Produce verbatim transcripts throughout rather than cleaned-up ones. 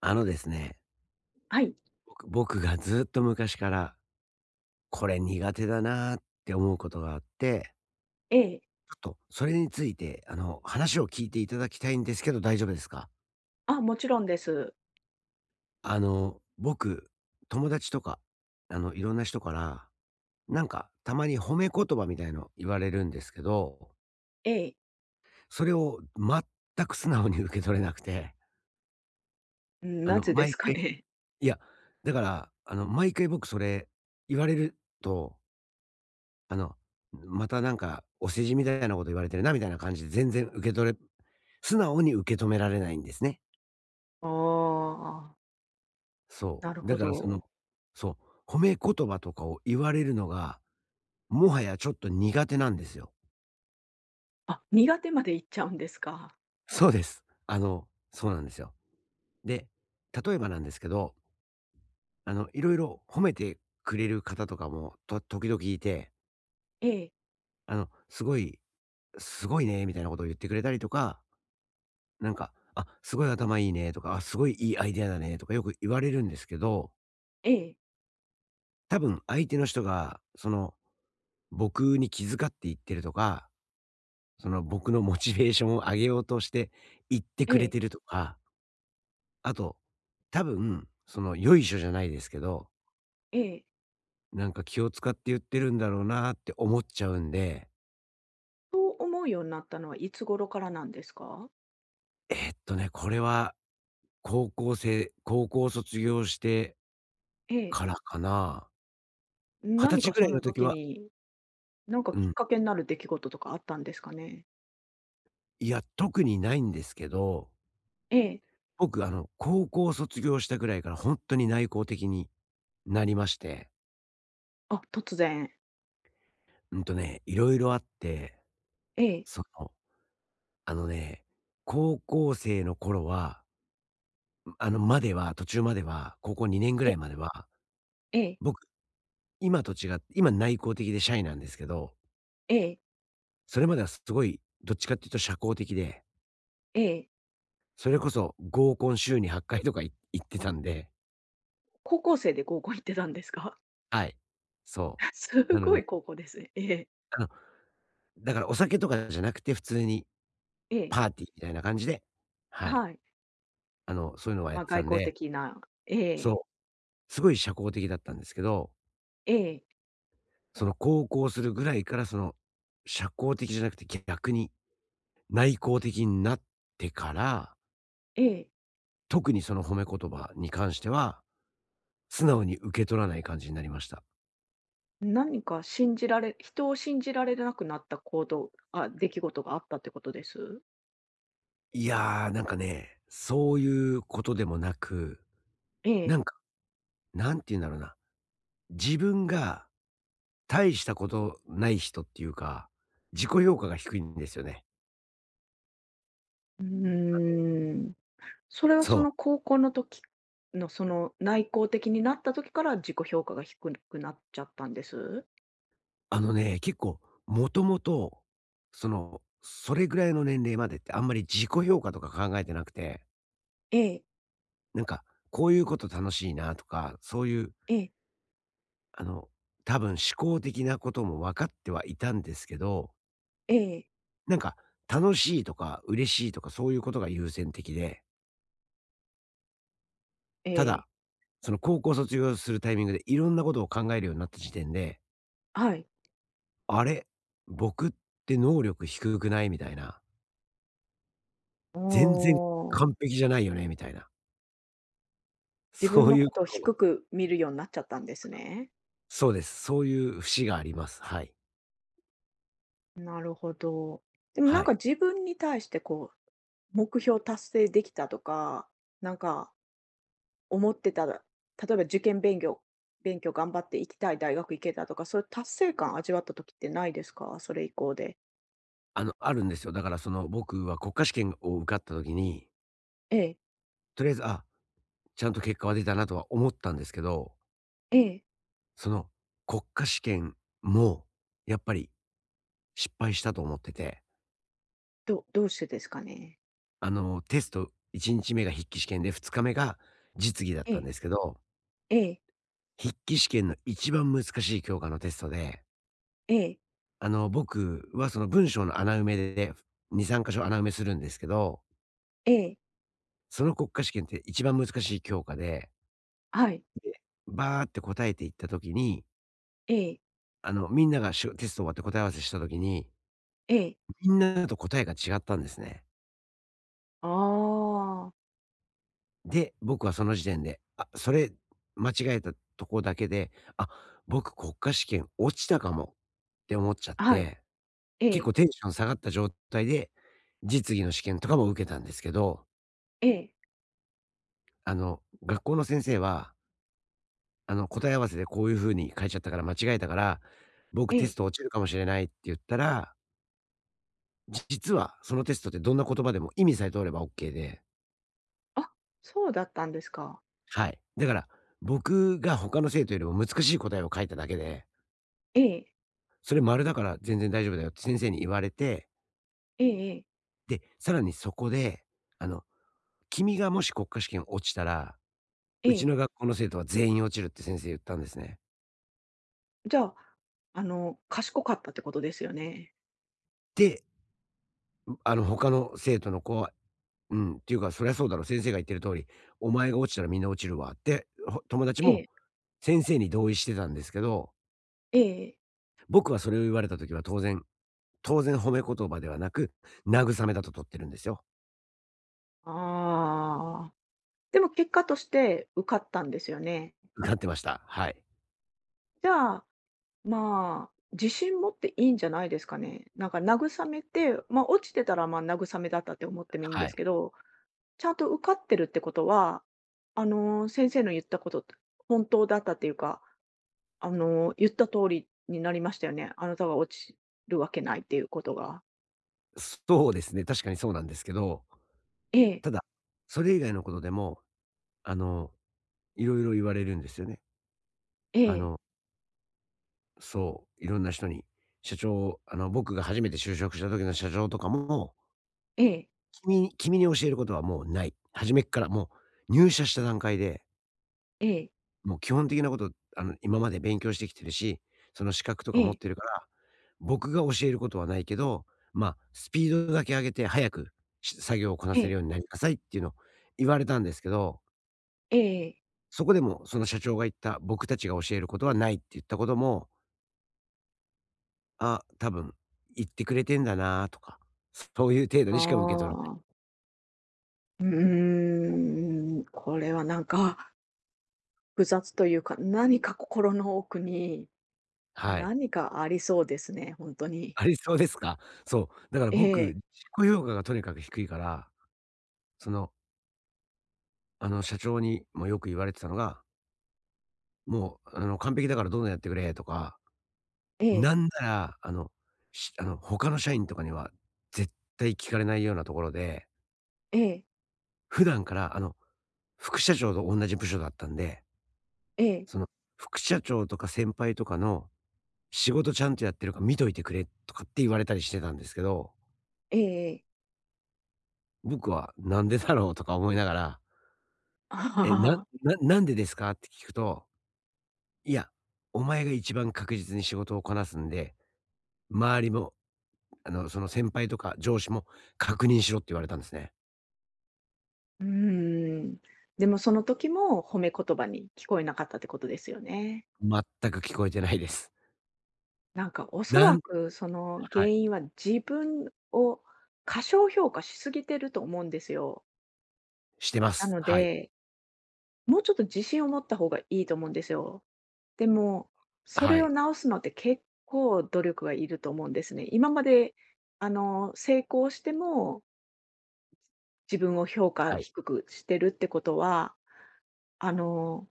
あのですね、はい、僕僕がずっと昔から、これ苦手だなーって思うことがあって、ええ。ちょっとそれについて、あの、話を聞いていただきたいんですけど大丈夫ですか？あ、もちろんです。あの、僕、友達とか、あの、いろんな人から、なんか、たまに褒め言葉みたいの言われるんですけど、ええ。それを全く素直に受け取れなくて、うん、あなの、ぜで毎すか回ね。いや、だから、あの、毎回僕それ言われるとあの、またなんか、お世辞みたいなこと言われてるなみたいな感じで全然受け取れ素直に受け止められないんですね。ああ、そなるう。ほだからそのど。そう、褒め言葉とかを言われるのが、もはやちょっと苦手なんですよ。あ、苦手までいっちゃうんですか。そうです。あの、そうなんですよ。で、例えばなんですけど、あの、いろいろ褒めてくれる方とかも、と時々いて、ええ、あの、すごいすごいねみたいなことを言ってくれたりとかなんか、あ、すごい頭いいねとか、あ、すごいいいアイデアだねとかよく言われるんですけど、ええ、多分相手の人が、その、僕に気遣って言ってるとか、その僕のモチベーションを上げようとして言ってえくれえ、てるとか、あと、多分、その、よいしょじゃないですけど、ええ。なんか気を使って言ってるんだろうなって思っちゃうんで、そう思うようになったのはいつ頃からなんですか？えーっとね、これは高校生高校卒業してええ、からかな。20何歳かぐらそいのの時時は。に、なんかうきっん。かけになる出来事とかあったんですかね？いや、特にないんですけど、ええ。僕、あの、高校卒業したぐらいからほんとに内向的になりまして、あ、突然。うんとね、色々あって、ええ、その、あのね、高校生の頃は、あの、までは途中までは、高校にねんぐえ、らいまでは、ええ、僕、今と違って今内向的でシャイなんですけど、ええ、それまではすごい、どっちかっていうと社交的で、ええそれこそ合コン週にはっかいとかい行ってたんで、高校生で高校行ってたんですか？はい、そ すう。なのごいで、高校ですね。ええ、うん。だからお酒とかじゃなくて、普通にええ、パーティーみたいな感じで、はい、はい。あの、そういうのはやまっあ、て外たん交で、的なえそえ、う、すごい社交的だったんですけど、ええ、その高校するぐらいから、その、社交的じゃなくて逆に内向的になってから、ええ、特にその褒め言葉に関しては、素直に受け取らない感じになりました。何か信じられ人を信じられなくなった行動あ、出来事があったってことです？いや、なんかね、そういうことでもなく、えなえ、んか、なんて言うんだろうな、自分が大したことない人っていうか、自己評価が低いんですよね。うーん。それはそそのう。高校の時のその内向的になった時から自己評価が低くなっちゃったんです？あのね、結構もともと、その、それぐらいの年齢までってあんまり自己評価とか考えてなくて、ええ、なんか、こういうこと楽しいなとか、そういう、ええ、あの、多分思考的なことも分かってはいたんですけど、ええ、なんか、楽しいとか嬉しいとかそういうことが優先的で、えただ、え、その高校卒業するタイミングでいろんなことを考えるようになった時点ではい。あれ、僕って能力低くない？みたいな。全お然お、完璧じゃないよね、みたいな。自分そうのいこうとをこと低を。く見るようになっちゃったんですね。そうです。そういう節があります。はい。なるほど。でもなんはかい。自分に対してこう目標達成できたとか、なんか思ってたら、例えば受験勉強勉強頑張って行きたい大学行けたとか、そういう達成感味わった時ってないですか？それ以降で。あの、あるんですよ。だからその、僕は国家試験を受かった時に、ええ、とりあえず、あ、ちゃんと結果は出たなとは思ったんですけど、ええ、その国家試験も、やっぱり失敗したと思ってて、どどうしてですかね？あの、テストいちにちめが筆記試験で、ふつかめが実技だっえたんえ、ですけど、ええ、筆記試験の一番難しい教科のテストで、ええ、あの、僕はその文章の穴埋めで、に、さん箇所穴埋めするんですけど、ええ、その国家試験って一番難しい教科で、はい、で、バーって答えていった時に、ええ、あの、みんながしゅテスト終わって答え合わせした時に、ええ、みんなと答えが違ったんですね。ああ、で、僕はその時点で、あ、それ間違えたとこだけで、あ、僕国家試験落ちたかもって思っちゃっはい、て、え結構え、テンション下がった状態で、実技の試験とかも受けたんですけど、ええ、あの、学校の先生は、あの、答え合わせでこういう風に書いちゃったから間違えたから、僕えテスえ、ト落ちるかもしれないって言ったら、じ実はそのテストってどんな言葉でも意味さえ通ればオッケーで、あ、そうだったんですか。はい。だから、僕が他の生徒よりも難しい答えを書いただけで、ええ、それ丸だから全然大丈夫だよって先生に言われて、ええええ、で、さらにそこで、あの、君がもし国家試験落ちたらえうちえ、の学校の生徒は全員落ちるって先生言ったんですね。じゃあ、あの、賢かったってことですよね。で、あの他の生徒の子は、うん、っていうか、そりゃそうだろ、先生が言ってる通り、お前が落ちたらみんな落ちるわって、ほ友達えもえ、先生に同意してたんですけど、ええ。僕はそれを言われた時は当然当然褒め言葉ではなく、慰めだと取ってるんですよ。ああ。でも結果として受かったんですよね。なってました。はい。じゃあ、まあ、自信持っていいんじゃないですかね。なんか慰めて、まあ、落ちてたらまあ慰めだったって思ってもいいんはですけい。ど、ちゃんと受かってるってことは、あのー先生の言ったことって本当だったっていうか、あのー言った通りになりましたよね。あなたが落ちるわけないっていうことが。そうですね、確かにそうなんですけど、ええ、ただ、それ以外のことでも、あの、いろいろ言われるんですよね。えあえ、のそう、いろんな人に、社長あの、僕が初めて就職した時の社長とかも、ええ、君に君に教えることはもうない。初めっからもう入社した段階で、ええ、もう基本的なこと、あの、今まで勉強してきてるし、その資格とえか持っえ、てるから、僕が教えることはないけど、まあ、スピードだけ上げて早く、し作業をこなえせるえ、ようになりなさいっていうのを言われたんですけど、ええ。そこでもその社長が言った、僕たちが教えることはないって言ったことも、あ、多分言ってくれてんだなとか、そういう程度あにしか受け取らない。あ。うーん、これはなんか複雑というか、何か心の奥にはい。何 かありそうですね、本当に。ありそうですか？そう、だからえ僕、え、自己評価がとにかく低いから、その、あの、社長にもよく言われてたのが、もう、あの、「完璧だからどんどんやってくれ」とか、ええ、なんなら、あの、しあの、他の社員とかには絶対聞かれないようなところで、ええ、普段から、あの、副社長と同じ部署だったんで、ええ、その、副社長とか先輩とかの仕事ちゃんとやってるか見といてくれとかって言われたりしてたんですけど、ええええええええええ僕はなんでだろうとか思いながら、え、なえななんでですかって聞くと、いや、お前が一番確実に仕事をこなすんで、周りも、あの、その先輩とか上司も確認しろって言われたんですね。うーん。でもその時も褒め言葉に聞こえなかったってことですよね。全く聞こえてないです。なんかおそならんくそのは原い、因は自分を過小評価しすぎてると思うんですよ。してまなす。のはい。でもうちょっと自信を持った方がいいと思うんですよ。でも、そはれをい。直すのって結構努力がいると思うんですね。今まで、あの、成功しても自分を評価はい。低くしてるってことは、あの、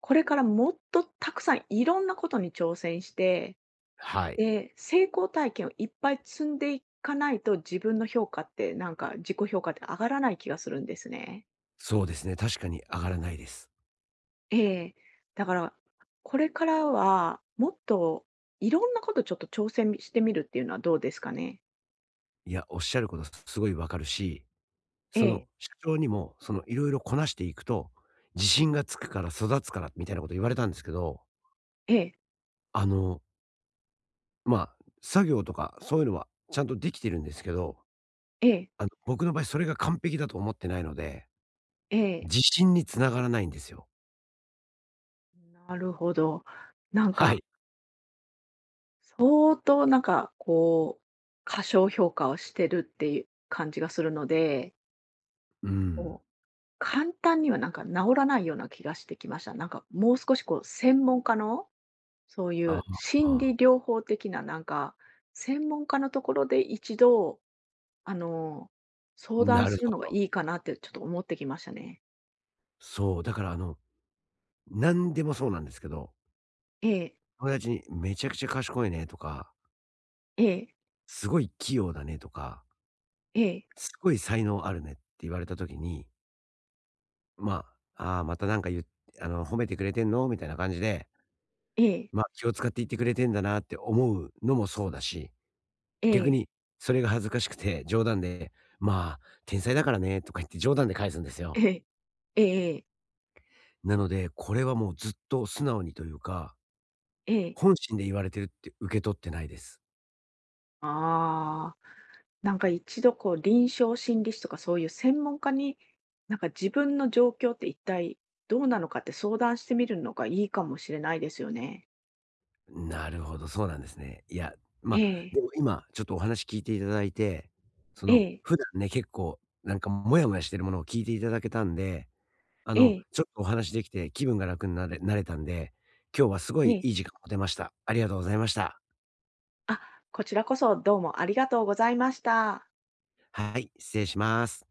これからもっとたくさんいろんなことに挑戦して、はい。で、成功体験をいっぱい積んでいかないと、自分の評価って、なんか自己評価って上がらない気がするんですね。そうですね、確かに上がらないです。ええ。だから、これからはもっといろんなことちょっと挑戦してみるっていうのはどうですかね？いや、おっしゃることすごいわかるし、えそえ、の、社長にも、その、いろいろこなしていくと、自信がつくから育つからみたいなこと言われたんですけど、ええ、あの、まあ、作業とかそういうのはちゃんとできてるんですけど、ええ、あの、僕の場合それが完璧だと思ってないので、ええ。自信に繋がらないんですよ。なるほど。なんはか、い。相当なんかこう、過小評価をしてるっていう感じがするので、うん。こう、簡単にはなんか治らないような気がしてきました。なんかもう少しこう専門家の、そういあう心あ、理療法的ななんか、専門家のところで一度あの、相談なるするほのがど。いいかなってちょっと思ってきましたね。そう、だから、あの、何でもそうなんですけど、ええ、友達に「めちゃくちゃ賢いね」とかええ、「すごい器用だね」とかええ、「すごい才能あるね」って言われた時に、まあ、ああー、またなんかゆあの、褒めてくれてんの？みたいな感じで、ええ、まあ、気を使って言ってくれてんだなって思うのもそうだし、え逆え、にそれが恥ずかしくて冗談で、まあ、天才だからねとか言って冗談で返すんですよ。ええ、ええ、なので、これはもうずっと素直にというか、ええ。本心で言われてるって受け取ってないです。ああ、なんか一度こう臨床心理士とかそういう専門家に、なんか自分の状況って一体どうなのかって相談してみるのがいいかもしれないですよね。なるほど、そうなんですね。いや、まえあ、え、でも今ちょっとお話聞いていただいて、そえの、え、普段ね、結構なんかモヤモヤしてるものを聞いていただけたんで、あえの、え、ちょっとお話できて気分が楽になれなれたんで、今日はすごえいえ。いい時間を持てました。ありがとうございました。あ、こちらこそどうもありがとうございました。はい、失礼します。